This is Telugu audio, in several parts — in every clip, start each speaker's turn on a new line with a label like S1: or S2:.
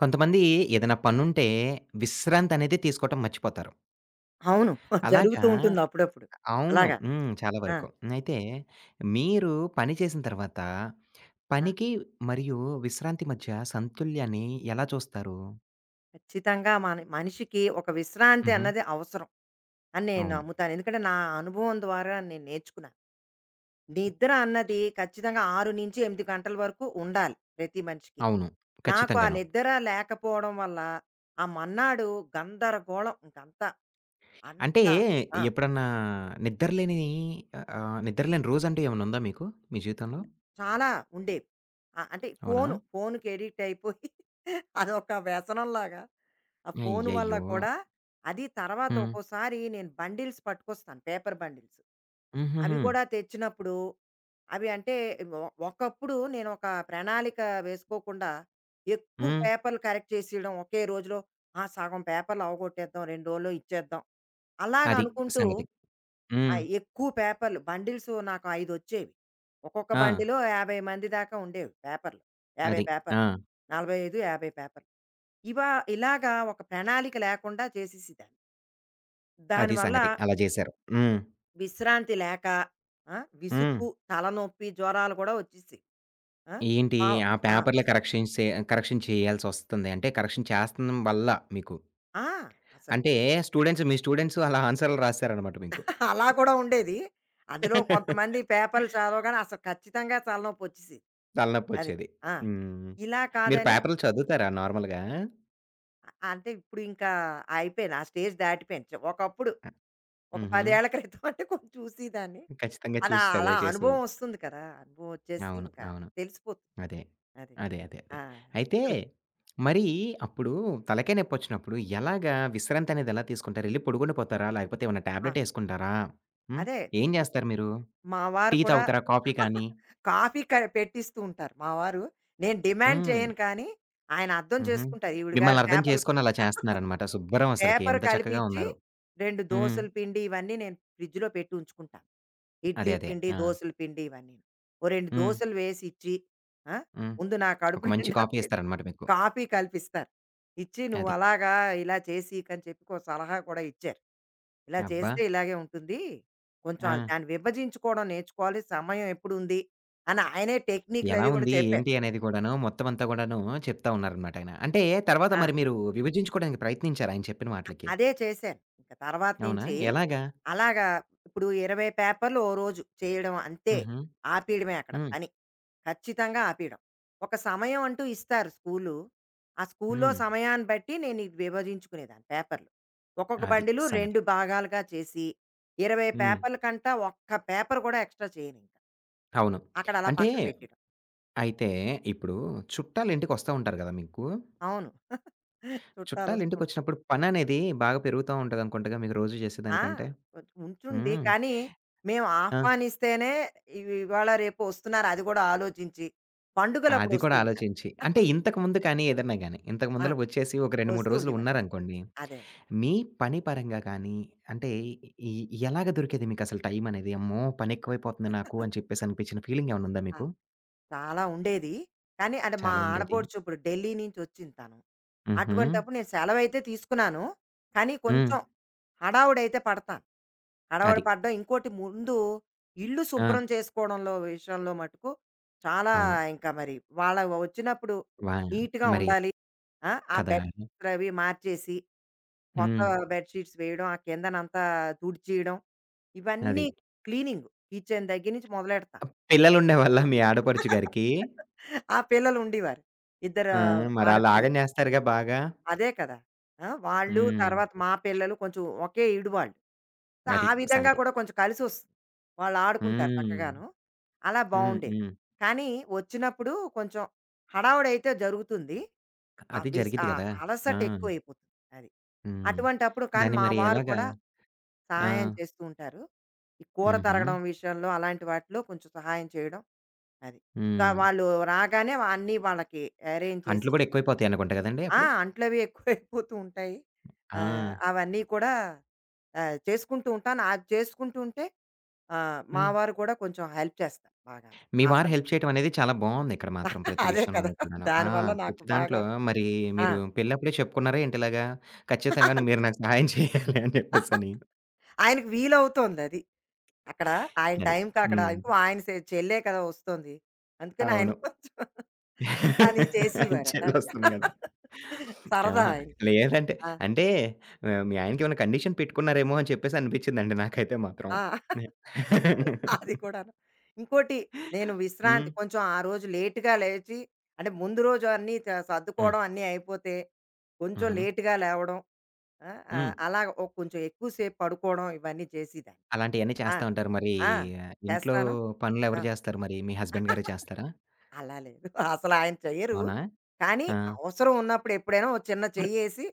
S1: కొంతమంది ఏదైనా పనుంటే విశ్రాంతి అనేది తీసుకోవటం మర్చిపోతారు.
S2: అవును. జరుగుతూ
S1: అలాగా
S2: ఉంటుంది అప్పుడప్పుడు.
S1: అవును.
S2: అలాగా.
S1: హ్మ్. చాలా
S2: ఆ!
S1: వరకు. అయితే మీరు పని చేసిన తర్వాత
S2: ఆ!
S1: పనికి మరియు విశ్రాంతి మధ్య సంతుల్యాన్ని ఎలా చూస్తారు?
S2: ఖచ్చితంగా మన మనిషికి ఒక విశ్రాంతి
S1: హుహు.
S2: అన్నది అవసరం అని నేను
S1: అవును.
S2: నమ్ముతాను. ఎందుకంటే నా అనుభవం ద్వారా నేను నేర్చుకున్నాను. నిద్ర అన్నది ఖచ్చితంగా 6-8 గంటల వరకు ఉండాలి ప్రతి మనిషికి.
S1: అవును.
S2: నాకు ఆ
S1: ఖచ్చితంగాను.
S2: నిద్ర లేకపోవడం వల్ల ఆ మన్నాడు గందరగోళం ఇంకంతా.
S1: అంటే
S2: అంతా ఆ!
S1: ఎప్పుడన్నా నిద్రలేని ఆహ్, ఆహ్, నిద్రలేని రోజంటూ ఏమన్నా ఉందా మీకు? మీ జీవితంలో?
S2: చాలా ఉండేవి. అంటే
S1: అవునా?
S2: ఫోనుకి ఎడిక్ట్ అయిపోయి అదొక వ్యసనంలాగా ఆ ఫోను వల్ల
S1: అయ్యయ్యో!
S2: కూడా అది. తర్వాత
S1: హ్మ్.
S2: ఒక్కోసారి నేను బండిల్స్ పట్టుకొస్తాను. Paper bundles. అవి
S1: హుహుహు.
S2: కూడా తెచ్చినప్పుడు అవి అంటే ఒ ఒకప్పుడు నేనొక ప్రణాళిక వేసుకోకుండా ఎక్కువ
S1: హ్మ్.
S2: పేపర్‌లు కరెక్ట్ చేసేయడం ఒకే రోజులో. ఆ! సగం పేపర్‌లు అవగొట్టేద్దాం, 2 రోజుల్లో ఇచ్చేద్దాం
S1: అది
S2: అలాగనుకుంటూ.
S1: సంగతి.
S2: ఆ!
S1: హ్మ్.
S2: ఎక్కువ పేపర్‌లు బండిల్స్ నాకు 5 వచ్చేవి. ఒక్కొక్క
S1: ఆ!
S2: బండిలో 50 మంది దాకా ఉండేవి పేపర్‌లు. 50
S1: అది.
S2: పేపర్‌లు.
S1: ఆ!
S2: 45, 50 పేపర్‌లు. ఇవా ఇలాగా ఒక ప్రణాళిక లేకుండా చేసేసేదాన్ని.
S1: అది
S2: దానివల్ల
S1: సంగతి. అలా జేశారు. హ్మ్.
S2: విశ్రాంతి లేక ఆ!
S1: హ్మ్.
S2: విసుగు, తలనొప్పి, జ్వరాలు కూడా వచ్చేసేవి. ఆ!
S1: ఏంటి
S2: ఆవ్
S1: ఆ
S2: ఆ!
S1: పేపర్‌లు కరెక్షన్ సే కరెక్షన్ చేయాల్సొస్తుంది. అంటే కరెక్షన్ చేస్తన్నం వల్ల మీకు.
S2: ఆ! అసలు
S1: అంటే స్టూడెంట్స్ మీ స్టూడెంట్స్ అలా ఆన్సర్‌లు రాసారనమాట మీకు.
S2: అలా కూడా ఉండేది. అందులో కొంతమంది పేపర్‌లు చదవగానే అసలు ఖచ్చితంగా తలనొప్పొచ్చేసేది. అది.
S1: తలనొప్పొచ్చేది.
S2: ఆ!
S1: హ్మ్.
S2: ఇలా
S1: మీరు
S2: కాదని
S1: పేపర్‌లు చదువుతారా నార్మల్‌గా?
S2: అంటే ఇప్పుడు ఇంకా అయిపోయాను. ఆ స్టేజ్ దాటిపోయాను. ఒకప్పుడు
S1: అ
S2: ఒక
S1: హుహు.
S2: 10 ఏళ్ల క్రితం అంటే కొంచెం చూసేదాన్ని.
S1: ఖచ్చితంగా
S2: అలా
S1: చూసి
S2: అలా
S1: చదివే
S2: అనుభవం
S1: చేసేవాళ్ళు.
S2: వస్తుంది కదా! అనుభవం వచ్చేసి
S1: అవును.
S2: ఇంకా
S1: అవును.
S2: తెలిసిపోతుంది.
S1: అదే.
S2: అది.
S1: అదే. అదే. అదే.
S2: ఆ!
S1: అయితే
S2: ఇప్పుడు
S1: మరి అప్పుడు తలకాయ నొప్పొచ్చినప్పుడు ఎలాగా విశ్రాంతి అనేది ఎలా తీసుకుంటారు? ఎళ్లి పడుకుండిపోతారా? లేకపోతే ఏమన్నా
S2: ఆ!
S1: టాబ్లెట్ ఏసుకుంటారా? హ్మ్.
S2: అదే.
S1: ఏం జేస్తారు మీరు?
S2: మా వారు
S1: టీ
S2: కూడా
S1: తాగుతారా? కాఫీ కానీ?
S2: కాఫీ పెట్టిస్తూ ఉంటారు మా వారు. నేను డిమాండ్
S1: హ్మ్.
S2: చేయను కానీ ఆయన అర్థం
S1: హుహు.
S2: చేసుకుంటారు. ఈవిడ గారు
S1: మిమ్మల్ని అర్థం
S2: పేపర్‌లు
S1: చేసుకొని అలా చేస్తున్నారనమాట. శుభ్రం అసలకి.
S2: పేపర్
S1: ఎంత చక్కగా
S2: కలిపిచ్చి
S1: ఉన్నారు.
S2: 2
S1: హ్మ్.
S2: దోసల పిండి ఇవన్నీ నేను ఫ్రిడ్జ్‌లో పెట్టి ఉంచుకుంటాను.
S1: అదే.
S2: ఇడ్లీ
S1: అదే.
S2: పిండి,
S1: ఆ!
S2: దోసల పిండి ఇవన్నీను. ఓ 2
S1: హ్మ్.
S2: దోసలు వేసిచ్చి ఆ!
S1: హ్మ్.
S2: ముందు నా
S1: ఒక
S2: కడుపు
S1: మంచి
S2: నిండా
S1: కాఫీ ఇస్తారనమాట మీకు.
S2: కాఫీ కలిపిస్తారు. ఇచ్చి "నువ్వు
S1: అది.
S2: అలాగా ఇలా చేసీకని" చెప్పి ఒక సలహా కూడా ఇచ్చారు. "ఇలా
S1: అబ్బా!
S2: చేస్తే ఇలాగే ఉంటుంది. కొంచెం
S1: ఆ!
S2: అది దాన్ని విభజించుకోవడం నేర్చుకోవాలి. సమయం ఎప్పుడుంది" అని ఆయనే
S1: ఎలా
S2: టెక్నిక్‌లవి కూడా
S1: ఉంది?
S2: చెప్పారు.
S1: ఏంటి? అనేది కూడాను మొత్తం అంతా కూడాను చెప్తా ఉన్నారనమాట ఆయన. అంటే తర్వాత
S2: ఆ!
S1: మరి మీరు విభజించుకోవడానికి ప్రయత్నించారు ఆయన చెప్పిన వాటిలకి.
S2: అదే చేశాను. ఇంక తర్వాత
S1: అవునా?
S2: నుంచి
S1: ఎలాగా?
S2: అలాగా ఇప్పుడు 20 పేపర్‌లు ఓ రోజు చేయడం అంతే.
S1: హుహు.
S2: ఆపేయడమే అక్కడ
S1: హ్మ్.
S2: పని. ఖచ్చితంగా ఆపేయడం. ఒక సమయం అంటూ ఇస్తారు స్కూలు. ఆ స్కూల్లో
S1: హ్మ్.
S2: సమయాన్ని బట్టి నేను ఇది విభజించుకునేదాన్ని పేపర్‌లు. ఒక్కొక్క
S1: అది
S2: బండిలు
S1: సంగతి.
S2: 2 భాగాలుగా చేసి 20
S1: హ్మ్.
S2: పేపర్‌ల కంటా ఒక్క పేపర్ కూడా ఎక్స్‌ట్రా చేయనింక.
S1: అవును.
S2: అక్కడ అలా
S1: అంటే
S2: పక్కన పెట్టేయడం.
S1: అయితే ఇప్పుడు చుట్టాలు ఇంటికొస్తా ఉంటారు గదా! మీకు.
S2: అవును.
S1: చుట్టాలు
S2: చుట్టాలొస్తూ
S1: ఇంటికొచ్చినప్పుడు పననేది బాగా పెరుగుతా ఉంటదనుకుంటగా మీకు రోజు
S2: ఆ!
S1: చేసేదానికంటే.
S2: కొంచెం ఉంచుంది.
S1: హ్మ్.
S2: కానీ, మేము
S1: ఆ!
S2: ఆహ్వానిస్తేనే ఇవి ఇవాళ, రేపు వస్తున్నారు అది కూడా ఆలోచించి, పండుగలప్పుడు
S1: అది
S2: వస్తూ
S1: కూడా
S2: ఉంటారు.
S1: ఆలోచించి. అంటే ఇంతకు ముందు కానీ ఏదన్నా గాని, ఇంతకు
S2: ఆ!
S1: ముందల వచ్చేసి ఒక 2, 3
S2: వస్తూ
S1: రోజులు
S2: ఉండేవారు.
S1: ఉన్నారనుకోండి
S2: అదే.
S1: మీ పని పరంగా కానీ, అంటే ఎ ఎలాగ దొరికేది మీకసలు టైమనేది? అమ్మో! పనెక్కువైపోతుంది నాకు అని చెప్పేసి అనిపించిన ఫీలింగేమన్నా ఉందా
S2: ఆ!
S1: మీకు?
S2: చాలా ఉండేది. కానీ అంటే మా
S1: చాలా ఉండేది.
S2: ఆడపడుచు ఇప్పుడు ఢిల్లీ నుంచి వచ్చింది తను.
S1: హుహు.
S2: అటువంటప్పుడు నేను సెలవైతే తీసుకున్నాను. కానీ
S1: హ్మ్.
S2: కొంచెం హడావుడైతే పడతాను. హడావిడి
S1: అది.
S2: పడ్డం. ఇంకోటి ముందు ఇల్లు
S1: ఆ!
S2: శుభ్రం చేసుకోవడంలో విషయంలో మటుకు చాలా
S1: అవును.
S2: ఇంకా మరి వాళ్ళ వచ్చినప్పుడు
S1: వా
S2: నీట్‌గా
S1: మరి
S2: ఉండాలి. ఆ! ఆ
S1: కదా!
S2: బెడ్‌షీట్స్ అవి మార్చేసి, కొత్త
S1: హ్మ్.
S2: బెడ్‌షీట్స్ వేయడం, ఆ కిందనంతా తుడిచేయడం,
S1: అది.
S2: ఇవన్నీ క్లీనింగ్ కిచెన్ దగ్గర నుంచి మొదలెడతా.
S1: పిల్లలుండేవాళ్ళా మీ ఆడపడుచు గారికి?
S2: ఆ పిల్లలుండేవారు. ఇద్దరు
S1: ఆ! మరాళ్ళు
S2: ఆడపిల్లలు.
S1: ఆగం జేస్తారుగా బాగా?
S2: అదే కదా! ఆ! వాళ్ళు
S1: హ్మ్.
S2: తర్వాత మా పిల్లలు కొంచెం ఒకే ఈడు వాళ్ళు. సో,
S1: అది
S2: ఆ విధంగా
S1: సంగతి.
S2: కూడా కొంచెం కలిసొస్తుంది. వాళ్ళు ఆడుకుంటారు
S1: హ్మ్.
S2: చక్కగాను. అలా
S1: హ్మ్.
S2: బావుండేది.
S1: హ్మ్.
S2: కానీ వచ్చినప్పుడు కొంచెం హడావుడైతే జరుగుతుంది.
S1: అది జరిగిద్ది
S2: ఆ
S1: గదా! ఆ!
S2: అలసట ఎక్కువైపోతుంది. అది.
S1: హ్మ్.
S2: అటువంటప్పుడు కానీ
S1: దాన్ని
S2: మా
S1: మరి
S2: వారు
S1: ఎలాగా?
S2: కూడా
S1: ఆ!
S2: సహాయం చేస్తూ ఉంటారు. ఈ కూర
S1: హుహు.
S2: తరగడం విషయంలో అలాంటి వాటిలో కొంచెం సహాయం చేయడం అది.
S1: హ్మ్.
S2: వాళ్ళు రాగానే అన్నీ వాళ్ళకి అరేంజ్ చేసి
S1: అంట్లు గూడా ఎక్కువైపోతాయనుకుంట గదండీ
S2: ఆ!
S1: అప్పుడు?
S2: అంట్లవి ఎక్కువైపోతూ ఉంటాయి.
S1: ఆ!
S2: అవన్నీ కూడా చేసుకుంటూ ఉంటాను. అది చేసుకుంటూ ఉంటే మా
S1: హ్మ్.
S2: వారు కూడా కొంచెం హెల్ప్ చేస్తారు బాగాను.
S1: మీ
S2: ఆ
S1: వారు
S2: సమయం
S1: హెల్ప్ చేయటం అనేది చాలా బావుందిక్కడ మాత్రం ప్రతి
S2: అదే కదా!
S1: విషయంలోనూ కూడాను. ఆ!
S2: దానివల్ల నాకు
S1: ప్రతి
S2: బాగా
S1: దాంట్లో మరి
S2: ఆ!
S1: మీరు పెళ్ళప్పుడే చెప్పుకున్నారా ఏంటిలాగా? ఖచ్చితంగాను మీరు నాకు సహాయం చేయాలి అని జెప్పేసని.
S2: ఆయనకి వీలవుతోందది. అక్కడ ఆయన
S1: అది.
S2: టైంకి అక్కడ
S1: హ్మ్.
S2: ఇంకో ఆయన చెల్లే కదా వస్తోంది. అందుకని ఆయన
S1: అవును.
S2: కొంచెం అని
S1: ఆయన
S2: చేసేవారు. అది.
S1: చెల్లొస్తుంది గదా!
S2: సరదా
S1: ఆహా!
S2: ఆయనకి.
S1: లేదంటే
S2: ఆ!
S1: అంటే ఆహ్, మీ ఆయనకేమైనా కండిషన్ పెట్టుకున్నారేమో అని చెప్పేసి అనిపిచ్చిందండి నాకైతే మాత్రం.
S2: ఆ!
S1: హ్మ్.
S2: అది కూడాను. ఇంకోటి నేను
S1: హ్మ్.
S2: విశ్రాంతి కొంచెం ఆ రోజు లేట్‌గా లేచి అంటే ముందు రోజు అన్నీ
S1: హ్మ్.
S2: సర్దుకోవడం అన్నీ అయిపోతే, కొంచెం
S1: హుహు.
S2: లేట్‌గా లేవడం. ఆ!
S1: హ్మ్.
S2: అలాగ ఓ కొంచెం ఎక్కువ సేపు పడుకోవడం ఇవన్నీ చేసేదాన్ని.
S1: అలాంటియన్నీ
S2: ఆ!
S1: చేస్తా ఉంటారు. మరీ
S2: ఆ!
S1: ఇంట్లో
S2: చేస్తాను. ఆ!
S1: పనులెవరు జేస్తారు మరి? మీ హస్బెండ్ గారే చేస్తారా?
S2: అలా లేదు. అసలు ఆయన చెయ్యరు.
S1: అవునా?
S2: కానీ
S1: ఆ!
S2: అవసరం ఉన్నప్పుడు ఎప్పుడైనా ఓ చిన్న
S1: మరి
S2: చెయ్యేసి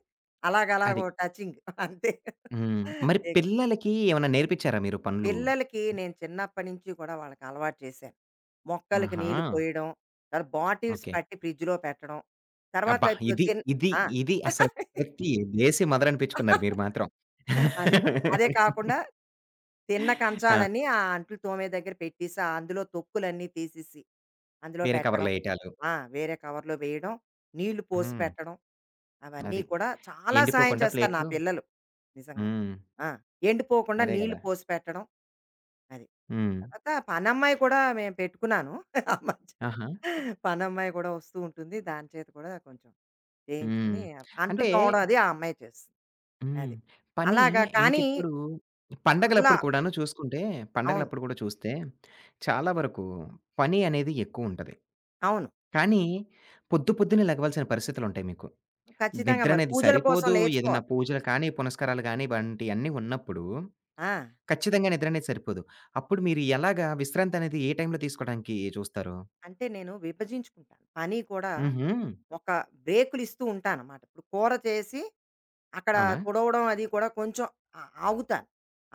S2: అలాగలాగ
S1: అది.
S2: ఓ టచింగ్ అంతే.
S1: హ్మ్. మరి పిల్లలకి ఏమన్నా నేర్పిచ్చారా మీరు పనులు?
S2: పిల్లలకి నేను చిన్నప్పటి నుంచి కూడా వాళ్ళకి అలవాటు చేశాను. మొక్కలకి
S1: ఆహా!
S2: నీళ్లు పోయడం, తర్వాత బాటిల్స్
S1: ఓకే.
S2: పట్టి ఫ్రిడ్జ్‌లో పెట్టడం. తర్వాత
S1: అబ్బా!
S2: ఇప్పుడు
S1: ఇది,
S2: ఆ!
S1: ఇది అసలు ప్రతి దేశీ మదరనిపిచ్చుకున్నారు మీరు మాత్రం.
S2: అదే. అదే కాకుండా తిన్న
S1: ఆ!
S2: కంచాలన్నీ ఆ అంట్లు తోమే దగ్గర పెట్టేసి, ఆ అందులో తొక్కులన్నీ తీసేసి, అందులో
S1: వేరే
S2: పెట్టడం.
S1: కవర్‌లో ఎయటాలు.
S2: ఆ! వేరే కవర్‌లో వేయడం, నీళ్లు పోసి
S1: హ్మ్.
S2: పెట్టడం. అవన్నీ
S1: అది.
S2: కూడా చాలా సాయం
S1: ఎండిపోకుండా
S2: చేస్తారు నా
S1: ప్లేట్లు
S2: పిల్లలు నిజంగా.
S1: హ్మ్.
S2: ఆ! ఎండిపోకుండా
S1: అదే
S2: నీళ్లు
S1: గదా!
S2: పోసి పెట్టడం. అది.
S1: హ్మ్.
S2: తర్వాత పనమ్మాయి కూడా మేము పెట్టుకున్నాను. ఆ మధ్య
S1: ఆహా!
S2: పనమ్మాయి కూడా వస్తూ ఉంటుంది. దాని చేత కూడా కొంచెం
S1: హ్మ్.
S2: చేయించుకుని అంట్లు
S1: అంటే
S2: తోమడం అది ఆ అమ్మాయి చేస్తుంది.
S1: హ్మ్.
S2: అది.
S1: పని
S2: అలాగా కానీ
S1: ఇంకెప్పుడు
S2: చాలా
S1: పండగలప్పుడు కూడాను చూసుకుంటే,
S2: అవును.
S1: పండగలప్పుడు కూడా చూస్తే చాలా వరకు పని అనేది ఎక్కువుంటది.
S2: అవును.
S1: కానీ పొద్దు పొద్దున్నే లెగవాల్సిన పరిస్థితులుంటాయి మీకు.
S2: ఖచ్చితంగా
S1: నిద్ర
S2: మరి
S1: అనేది
S2: పూజల కోసం
S1: సరిపోదు. ఏదైనా
S2: లేచిపోవాలి.
S1: పూజలు కానీ, పునస్కారాలు కానీ ఇవంటియన్నీ ఉన్నప్పుడు
S2: ఆ!
S1: ఖచ్చితంగా నిద్ర అనేది సరిపోదు. అప్పుడు మీరు ఎలాగా విశ్రాంతి అనేది ఏ టైంలో తీసుకోవడానికి చూస్తారు?
S2: అంటే నేను విభజించుకుంటాను. పని కూడా
S1: హుహు.
S2: ఒక బ్రేకులు ఇస్తూ ఉంటానన్నమాట. ఇప్పుడు కూర చేసి అక్కడ
S1: అవునా?
S2: తుడవడం అది కూడా కొంచెం ఆ ఆగుతాను.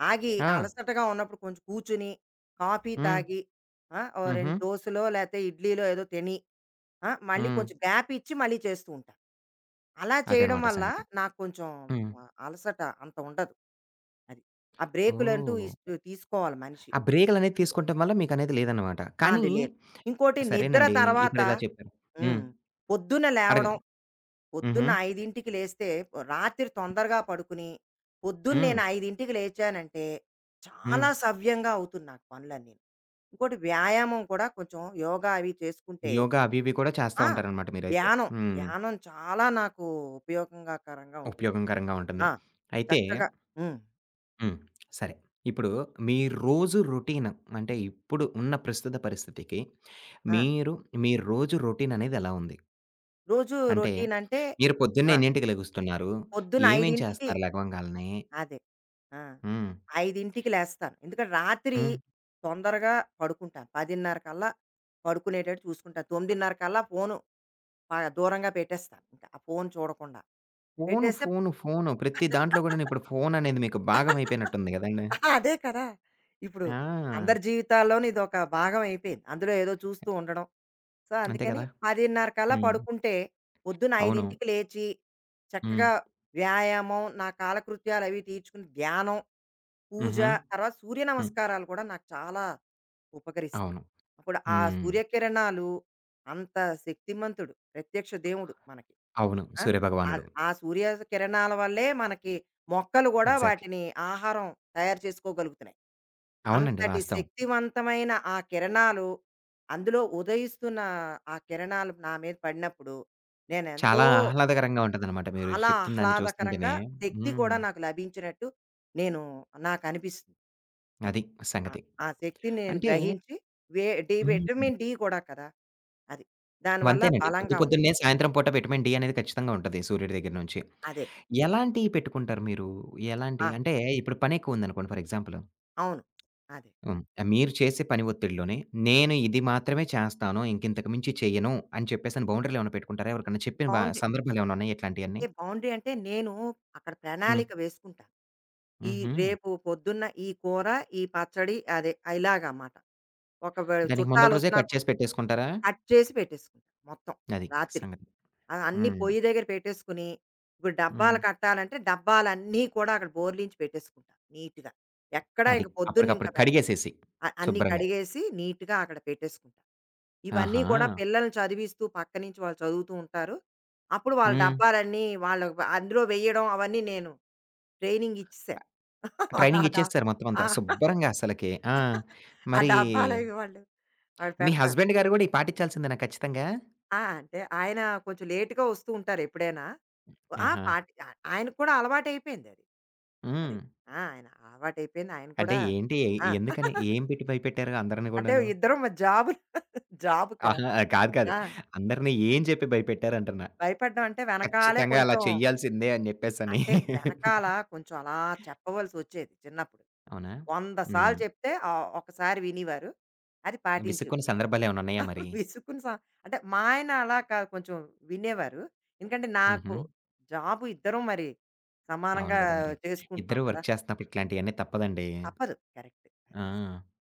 S2: ఆగి
S1: ఆ!
S2: అలసటగా ఉన్నప్పుడు కొంచెం కూర్చుని, కాఫీ
S1: హ్మ్.
S2: తాగి ఆ! ఓ
S1: హుహు.
S2: 2 దోసలో లేతే ఇడ్లీలో ఏదో తిని ఆ! మళ్ళీ
S1: హ్మ్.
S2: కొంచెం గ్యాప్ ఇచ్చి మళ్ళీ చేస్తూ ఉంటాను. అలా చేయడం
S1: అదనమాట
S2: వల్ల
S1: సంగతి.
S2: నాకు కొంచెం
S1: హ్మ్.
S2: అలసట అంత ఉండదు. అది. ఆ బ్రేకులంటూ
S1: ఓహ్!
S2: ఇస్ తీసుకోవాలి మనిషి.
S1: ఆ బ్రేకులనేది
S2: ఇంకో
S1: తీసుకోవటం వల్ల మీకనేది లేదనమాట.
S2: ఆ,
S1: కానీ
S2: అది లేదు. ఇంకోటి నిద్ర
S1: సరేనండి.
S2: తర్వాత
S1: ఇప్పుడిలా చెప్పారు. హ్మ్.
S2: హ్మ్. పొద్దున్న లేవడం.
S1: అడగండి. హుహు.
S2: పొద్దున్న 5కి లేస్తే రాత్రి తొందరగా పడుకుని, పొద్దున్న
S1: హ్మ్.
S2: నేను 5కి లేచానంటే
S1: హ్మ్.
S2: చాలా సవ్యంగా అవుతుంది నాకు పనులన్నీను. ఇంకోటి వ్యాయామం కూడా కొంచెం యోగా అవి చేసుకుంటే
S1: యోగా అవి ఇవి కూడా చేస్తా
S2: ఆ!
S1: ఉంటారనమాట మీరైతే.
S2: ధ్యానం,
S1: హ్మ్.
S2: ధ్యానం చాలా నాకు ఉపయోగంగా కరంగా ఉంటుంది.
S1: ఉపయోగకరంగా ఉంటుంది.
S2: ఆ!
S1: అయితే
S2: చక్కగా హ్మ్.
S1: హ్మ్. సరే. ఇప్పుడు మీ రోజు రొటీన్ అంటే ఇప్పుడు ఉన్న ప్రస్తుత పరిస్థితికి
S2: ఆ!
S1: మీరు మీ రోజు రొటీననేది ఎలా ఉంది?
S2: రోజు
S1: అంటే
S2: రొటీన్ అంటే
S1: మీరు పొద్దున్నే
S2: ఆ!
S1: ఎన్నింటికి లెగుస్తున్నారు?
S2: పొద్దున్న
S1: ఏమేం
S2: 5కి
S1: చేస్తున్నారు లెగవంగాల్నే?
S2: అదే. ఆ!
S1: హ్మ్.
S2: 5కి లేస్తాను. ఎందుకంటే రాత్రి
S1: హ్మ్.
S2: తొందరగా పడుకుంటాను. 10:30 కల్లా పడుకునేటట్టు చూసుకుంటాను. 9:30 కల్లా ఫోను దూరంగా పెట్టేస్తాను. ఇంకా ఆ ఫోను చూడకుండా. పెట్టేస్తే
S1: ఫోను. ప్రతి దాంట్లో గూడాను ఇప్పుడు ఫోననేది మీకు భాగమైపోయినట్టుంది గదండీ.
S2: అదే కదా! ఇప్పుడు
S1: ఆ!
S2: అందరి జీవితాల్లోనూ ఇదొక భాగం అయిపోయింది. అందులో ఏదో చూస్తూ ఉండడం. సో,
S1: అంతే
S2: అందుకని
S1: గదా!
S2: 10:30 కల్లా
S1: హ్మ్.
S2: పడుకుంటే పొద్దున
S1: అవును.
S2: 5కి లేచి
S1: హ్మ్.
S2: చక్కగా వ్యాయామం, నా కాలకృత్యాలు అవి తీర్చుకుని ధ్యానం, పూజ,
S1: హుహు.
S2: తర్వాత సూర్య
S1: హ్మ్.
S2: నమస్కారాలు కూడా నాకు చాలా ఉపకరిస్తాయి.
S1: అవును.
S2: అప్పుడు ఆ
S1: హ్మ్.
S2: సూర్యకిరణాలు అంత శక్తిమంతుడు, ప్రత్యక్ష దేవుడు మనకి.
S1: అవును.
S2: ఆ!
S1: సూర్యభగవానుడు.
S2: ఆ సూర్య కిరణాల వల్లే మనకి మొక్కలు గూడా
S1: ఎగ్జాక్ట్‌లీ.
S2: వాటిని ఆహారం తయారు చేసుకోగలుగుతున్నాయి.
S1: అవునండి.
S2: అంతటి
S1: వాస్తవం.
S2: శక్తివంతమైన ఆ కిరణాలు, అందులో ఉదయిస్తున్న ఆ కిరణాలు నా మీద పడినప్పుడు, నేనెంతో
S1: చాలా ఆహ్లాదకరంగా ఉంటదనమాట మీరు
S2: చాలా
S1: చెప్తున్న దాన్ని
S2: ఆహ్లాదకరంగా
S1: చూస్తుంటేనే.
S2: శక్తి
S1: హ్మ్.
S2: కూడా నాకు లభించినట్టు నేను నాకనిపిస్తుంది. అది.
S1: అది
S2: ఆ!
S1: సంగతి.
S2: ఆ శక్తిని నేను
S1: అంటే
S2: గ్రహించి వే డి
S1: హ్మ్.
S2: విటమిన్ డి కూడా కదా! అది. దానివల్ల
S1: అంతేనండి. పొద్దు
S2: బలంగా ఉంటాయి.
S1: పొద్దున్నే సాయంత్రం పూట విటమిన్ డి అనేది ఖచ్చితంగా ఉంటది సూర్యుడి దగ్గర నుంచి.
S2: అదే.
S1: ఎలాంటియి పెట్టుకుంటారు మీరు? ఎలాంటి
S2: ఆ!
S1: అంటే ఇప్పుడు పనెక్కువుందనుకోండి ఫర్ ఎగ్జాంపుల్
S2: అవును. అదే.
S1: హ్మ్. మీరు చేసే పని ఒత్తిడిలోనే, నేను ఇది మాత్రమే చేస్తాను. ఇంకింతకు మించి చెయ్యను అని చెప్పేసని బౌండరీలేమన్నా పెట్టుకుంటారా? ఎవరికన్నా చెప్పిన బ
S2: బౌండరీ
S1: సందర్భాలేమన్నా ఉన్నాయా ఇట్లాంటియన్నీ?
S2: అంటే నేను అక్కడ
S1: హ్మ్.
S2: ప్రణాళిక వేసుకుంటాను. ఈ
S1: హుహు.
S2: రేపు పొద్దున్న ఈ కూర, ఈ పచ్చడి అదే ఇలాగన్నమాట. ఒకవేళ
S1: దానికి ముందల రోజే
S2: చుట్టాలొస్తున్నా
S1: కట్
S2: కూడా
S1: చేసి పెట్టేసుకుంటారా?
S2: కట్ చేసి పెట్టేసుకుంటా మొత్తం
S1: అది
S2: రాత్రి.
S1: సంగతి.
S2: ఆ! అన్నీ
S1: హ్మ్.
S2: పొయ్యి దగ్గర పెట్టేసుకుని, ఇప్పుడు
S1: హ్మ్.
S2: డబ్బాలు కట్టాలంటే డబ్బాలన్నీ కూడా అక్కడ బోర్లించి పెట్టేసుకుంటా నీట్‌గా. ఎక్కడా
S1: అది.
S2: ఇంక పొద్దున్న ఇంక
S1: అప్పటికప్పుడు
S2: బె
S1: కడిగేసేసి
S2: అ అన్నీ
S1: శుభ్రంగా.
S2: కడిగేసి నీట్‌గా అక్కడ పెట్టేసుకుంటా. ఇవన్నీ
S1: ఆహా!
S2: కూడా పిల్లల్ని చదివిస్తూ పక్క నుంచి వాళ్ళు చదువుతూ ఉంటారు. అప్పుడు వాళ్ళ
S1: హ్మ్.
S2: డబ్బాలన్నీ వాళ్ళ అందులో వెయ్యడం అవన్నీ నేను ట్రైనింగ్ ఇచ్చేసాను. వాళ్ళ
S1: ట్రైనింగ్
S2: ఆ డ
S1: ఇచ్చేసేసారు మొత్తం
S2: ఆ!
S1: అంతా. శుభ్రంగా అసలకి. ఆ!
S2: ఆ
S1: మరి
S2: డబ్బాలవి వాళ్ళు ఆడ
S1: మీ
S2: పెడతారు.
S1: హస్బెండ్ గారు గూడా ఇయి పాటించాల్సిందేనా ఖచ్చితంగా?
S2: ఆ! అంటే ఆయన కొంచెం లేట్‌గా వస్తూ ఉంటారు ఎప్పుడైనా. ఆ!
S1: ఆహా!
S2: పార్టీ ఆ ఆయనకు కూడా అలవాటయిపోయిందది. అది. అది
S1: హ్మ్.
S2: ఆ! ఆయన అలవాటయిపోయింది. ఆయన
S1: అంటే
S2: కూడా
S1: ఏంటి?
S2: ఆ!
S1: ఎందుకని? ఏం పెట్టి భయపెట్టారు అందరిని
S2: అంటే
S1: గూడాను?
S2: ఇద్దరం మరి జాబు కదా!
S1: అహా! కాదు.
S2: ఆ!
S1: అందరిని ఏం చెప్పి భయపెట్టారంటున్నా.
S2: భయపడ్డం అంటే వెనకాలే
S1: ఖచ్చితంగా అలా
S2: కొంచెం
S1: చేయాల్సిందే అని చెప్పేసని.
S2: అంటే వెనకాల కొంచెం అలా చెప్పవలసొచ్చేది చిన్నప్పుడు.
S1: అవునా?
S2: 100 సార్లు
S1: హ్మ్.
S2: చెప్తే ఒకసారి వినేవారు. అది పాటించేవారు.
S1: విసుక్కున్న సందర్భాలేమైనా ఉన్నాయా మరి?
S2: విసుక్కుని స అంటే మా ఆయన అలా కొంచెం వినేవారు. ఎందుకంటే నాకు
S1: హుహు.
S2: జాబు ఇద్దరం మరి
S1: అవును
S2: సమానంగా
S1: గదా! మరి.
S2: చేసుకుంటున్నాం
S1: ఇద్దరు
S2: కదా!
S1: వర్క్ చేస్తున్నప్పుడు ఇట్లాంటియన్నీ తప్పదండి.
S2: తప్పదు. కరెక్ట్. అది
S1: ఆ!
S2: నిజం.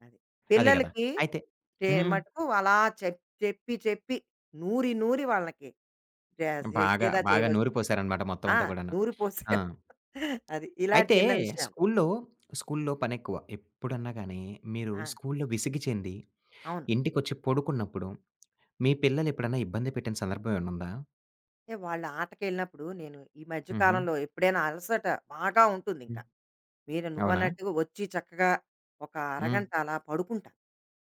S2: అది.
S1: అదే గదా!
S2: పిల్లలకి
S1: అయితే హ్మ్.
S2: మటుకు అలా చెప్పి చెప్పి నూరి నూరి వాళ్ళకి జ సే
S1: బాగా,
S2: సీదా
S1: బాగా నూరి
S2: చేయవలసొచ్చింది.
S1: పోశారనమాట మొత్తం
S2: ఆ!
S1: అంతా కూడాను.
S2: నూరి
S1: ఆ!
S2: పోసాను. అది. ఇలాంటి
S1: అయితే
S2: చిన్న విషయాలు.
S1: స్కూల్లో, స్కూల్లో పనెక్కువ. ఎప్పుడన్నా గాని మీరు
S2: ఆ!
S1: స్కూల్లో విసిగి చెంది
S2: అవును.
S1: ఇంటికొచ్చి పడుకున్నప్పుడు, మీ పిల్లలు ఎప్పుడన్నా ఇబ్బంది పెట్టిన సందర్భం ఏమన్నా ఉందా?
S2: అంటే వాళ్ళ ఆటకెళ్ళినప్పుడు నేను ఈ మధ్య
S1: హుహు.
S2: కాలంలో ఎప్పుడైనా అలసట బాగా ఉంటుంది ఇంకా.
S1: హ్మ్.
S2: మీరు
S1: అవునా?
S2: నువ్వన్నట్టుగా వచ్చి చక్కగా ఒక
S1: హ్మ్.
S2: అరగంట అలా పడుకుంటాను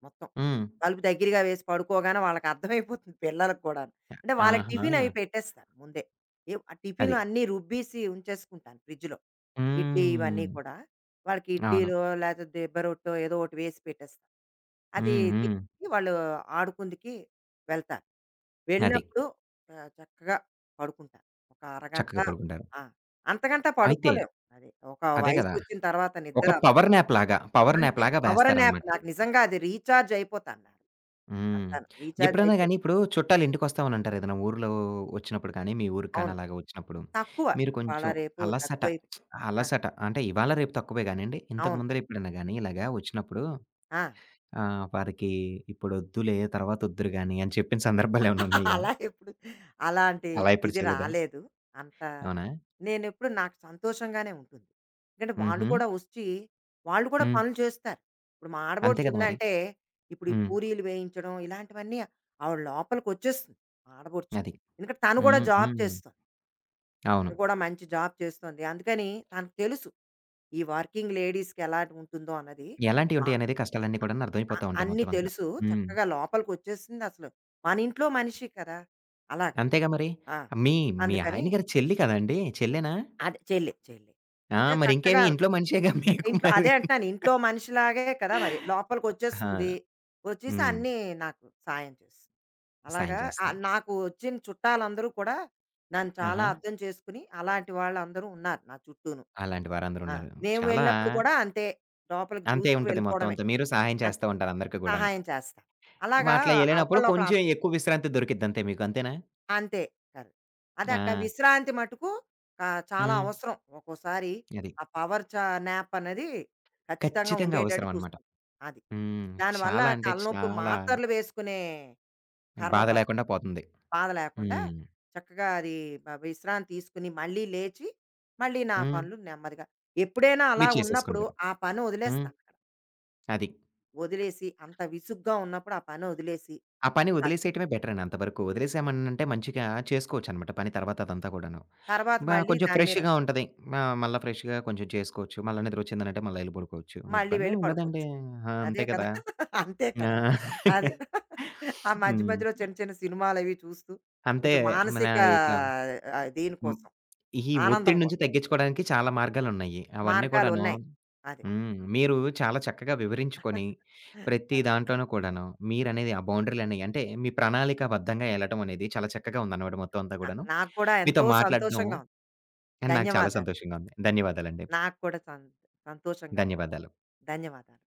S2: మొత్తం.
S1: హ్మ్.
S2: తలుపు దగ్గరగా వేసి పడుకోగానే వాళ్ళకర్థమైపోతుంది పిల్లలకి కూడాను. అంటే వాళ్ళకి
S1: ఆహా!
S2: టిఫిన్ అవి పెట్టేస్తాను ముందే. ఆ
S1: అది.
S2: టిఫిన్‌లు అన్నీ రుబ్బీసి ఉంచేసుకుంటాను ఫ్రిడ్జ్‌లో. ఇడ్లీ ఇవన్నీ
S1: హ్మ్.
S2: కూడా. వాళ్ళకి
S1: అవును.
S2: ఇడ్లీలో లేతే దిబ్బ రొట్టో ఏదో ఒకటి వేసి పెట్టేస్తాను. అది
S1: హ్మ్. హ్మ్.
S2: తినేసి వాళ్ళు ఆడుకుందుకి వెళ్తారు.
S1: అది.
S2: వెళ్ళినప్పుడు చక్కగా పడుకుంటా. ఒక అరగంట
S1: చక్కగా పడుకుంటారు.
S2: ఆ! అంతకంట
S1: అయితే
S2: పడుకోలేం. అది ఒక
S1: అదే కదా!
S2: వయసొచ్చిన తర్వాత
S1: ఒక
S2: నిద్ర
S1: పవర్ న్యాప్
S2: అంతే.
S1: లాగా
S2: పవర్ న్యాప్
S1: వేస్తారనమాట ఇది.
S2: నాకు నిజంగా అది రీచార్జ్ అయిపోతాను నేను.
S1: హ్మ్.
S2: అంతాను. రీచార్జ్
S1: ఎప్పుడైనా
S2: అయిపోయి
S1: గాని ఇప్పుడు చుట్టాలు ఇంటికొస్తామనంటారు ఏదైనా ఊర్లో వచ్చినప్పుడు కానీ, మీ ఊరికి కానీ
S2: అవును.
S1: అలాగా వచ్చినప్పుడు,
S2: తక్కువ.
S1: మీరు
S2: ఇవాళ
S1: కొంచెం
S2: రేపు
S1: అలసట,
S2: తక్కువైపోయి ఆ!
S1: అలసట అంటే ఇవాళ రేపు తక్కువే గానియండి, ఇంతకు
S2: అవును.
S1: ముందర ఎప్పుడైనా గాని ఇలాగా వచ్చినప్పుడు
S2: ఆ!
S1: ఆహ్, వారికి ఇప్పుడొద్దులే తర్వాతొద్దురు గాని అని చెప్పిన సందర్భాలేమన్నా ఉన్నాయా?
S2: అలా ఎప్పుడు అలాంటి
S1: అలా ఎప్పుడు
S2: ఇది
S1: చేయలేదా?
S2: రాలేదు. అంత
S1: అవునా?
S2: నేనెప్పుడు నాకు సంతోషంగానే ఉంటుంది. ఎందుకంటే వాళ్ళు
S1: హుహు.
S2: కూడా ఒచ్చి, వాళ్ళు కూడా
S1: హ్మ్.
S2: పనులు చేస్తారు. ఇప్పుడు మా
S1: అంతే కదా మరి.
S2: ఆడబొడుచుందంటే, ఇప్పుడు ఈ
S1: హ్మ్.
S2: పూరీలు వేయించడం ఇలాంటివన్నీ ఆవిడ లోపలికొచ్చేస్తుంది మా ఆడబొడుచు.
S1: అది.
S2: ఎందుకంటే తను కూడా
S1: హ్మ్.
S2: జాబ్
S1: హ్మ్.
S2: చేస్తుంది.
S1: అవును.
S2: తను కూడా మంచి జాబ్ చేస్తుంది. అందుకని తనకు తెలుసు. ఈ వర్కింగ్ లేడీస్‌కి ఎలాగుంటుందో అన్నది. ఆ!
S1: ఎలాంటియుంటాయనేది కష్టాలన్నీ కూడాను
S2: అ
S1: అర్థమైపోతా ఉంటాయి
S2: అన్నీ
S1: మొత్తం అంతా.
S2: తెలుసు.
S1: హ్మ్.
S2: చక్కగా లోపలికొచ్చేసిందసలు. మనింట్లో మనిషి కదా! అలాగ.
S1: అంతేగా మరి.
S2: ఆ!
S1: మీ మీ
S2: అందుకని
S1: ఆయన గారి చెల్లి కదండీ! చెల్లేనా?
S2: అదే చెల్లి.
S1: ఆ!
S2: అదే చక్కగా
S1: మరింకేమి ఇంట్లో మనిషేగా మీకు
S2: ఇంట్లో
S1: మరి.
S2: అదే అంటున్నాను. ఇంట్లో మనిషిలాగే కదా మరి. లోపలికొచ్చేస్తుంది.
S1: ఆ!
S2: వచ్చేసి
S1: హ్మ్.
S2: అన్నీ నాకు సాయం చేస్తుంది.
S1: సాయం
S2: అలాగా
S1: చేస్తది.
S2: నాకు వచ్చిన చుట్టాలందరూ కూడా నన్ను చాలా
S1: ఆహా!
S2: అర్థం చేసుకుని, అలాంటి వాళ్ళందరూ ఉన్నారు నా చుట్టూను.
S1: అలాంటి
S2: ఆ!
S1: వారందరున్నారు.
S2: మేము
S1: చాలా
S2: వెళ్ళినప్పుడు కూడా అంతే. లోపలికి
S1: అంతే
S2: దూసుకు
S1: ఉంటది మొత్తం
S2: వెళ్ళిపోవడమే.
S1: అంతా. మీరు సహాయం
S2: అంతే.
S1: చేస్తా ఉంటారు అందరికి గూడాను.
S2: సహాయం చేస్తా. అలాగా
S1: అట్లా ఎళ్ళినప్పుడు
S2: ఒకళ్ళొకళ్ళు
S1: కొంచెం ఎక్కువ విశ్రాంతి దొరికిద్ది అంతే మీకు. అంతేనా?
S2: అంతే కాదు. అదే అక్క
S1: ఆ!
S2: విశ్రాంతి మటుకు చాలా
S1: హ్మ్.
S2: అవసరం. ఒక్కోసారి
S1: అది.
S2: ఆ పవర్ చా న్యాప్ అనేది ఖచ్చితంగా
S1: ఖచ్చితంగా
S2: ఉండేటట్టు
S1: అవసరమనమాట.
S2: చూసుకుంటాం. అది.
S1: హ్మ్.
S2: దానివల్ల
S1: చాలా అంటే
S2: తలనొప్పి
S1: చాలా
S2: మాత్రలు వేసుకునే కర్మ
S1: బాధ
S2: పట్టదు.
S1: లేకుండా పోతుంది.
S2: బాధ లేకుండా
S1: హ్మ్.
S2: చక్కగా అది విశ్రాంతి తీసుకొని మళ్ళీ లేచి, మళ్ళీ నా
S1: హ్మ్.
S2: పనులు నెమ్మదిగా ఎప్పుడైనా అలా
S1: మీరు
S2: ఉన్నప్పుడు
S1: చేసేసుకుంటారు.
S2: ఆ పని
S1: హ్మ్.
S2: వదిలేస్తా అక్కడ.
S1: అది.
S2: వదిలేసి అంత విసుగ్గా ఉన్నప్పుడు ఆ పని వదిలేసి,
S1: ఆ పని
S2: కాస్
S1: వదిలేసేయటమే బెటరండి అంతవరకు. వదిలేసామనంటే మంచిగా చేసుకోవచ్చనమాట పని తర్వాత అదంతా కూడాను.
S2: తర్వాత
S1: బా
S2: మళ్ళీ
S1: కొంచెం
S2: దాని మీద
S1: ఫ్రెష్‌గా ఉంటది. ఆ! మళ్ళా ఫ్రెష్‌గా కొంచెం చేసుకోవచ్చు. మళ్ళా నిద్రొచ్చిందనంటే మళ్ళా ఎళ్లి పడుకోవచ్చు.
S2: మళ్ళీ
S1: ఇబ్బందేం
S2: వెళ్ళి
S1: ఉండదండి.
S2: పడుకోవచ్చు.
S1: ఆ!
S2: అదే
S1: అంతే
S2: కదా!
S1: కదా!
S2: అంతే
S1: ఆ!
S2: కదా! అది. ఆ మధ్య
S1: హ్మ్.
S2: మధ్యలో చిన్న చిన్న సినిమాలవి చూస్తూ
S1: అంతే
S2: కొంచెం
S1: మన
S2: మానసిక
S1: ఇట్లా
S2: దీని
S1: హ్మ్.
S2: కోసం,
S1: ఈ
S2: ఆనందం
S1: ఒత్తిడి నుంచి
S2: కోసం
S1: తగ్గించుకోవడానికి చాలా మార్గాలున్నాయి. అవన్నీ కూడాను
S2: మార్గాలున్నాయి. అది.
S1: హ్మ్. మీరు చాలా చక్కగా వివరించుకొని, ప్రతి
S2: అది.
S1: దాంట్లోనూ కూడాను మీరనేది ఆ బౌండరీలనేయి అంటే మీ ప్రణాళికాబద్ధంగా ఎళ్ళటం అనేది చాలా చక్కగా ఉందన్నమాట మొత్తం అంతా కూడాను.
S2: నాకు కూడా
S1: మీతో
S2: ఎంతో
S1: మాట్లాడడం
S2: సంతోషంగా ఉంది.
S1: నాకు చాలా
S2: ధన్యవాదాలు.
S1: సంతోషంగా ఉంది. ధన్యవాదాలండి.
S2: నాకు కూడా సంతోషంగా ఉంది.
S1: ధన్యవాదాలు.
S2: ధన్యవాదాలు.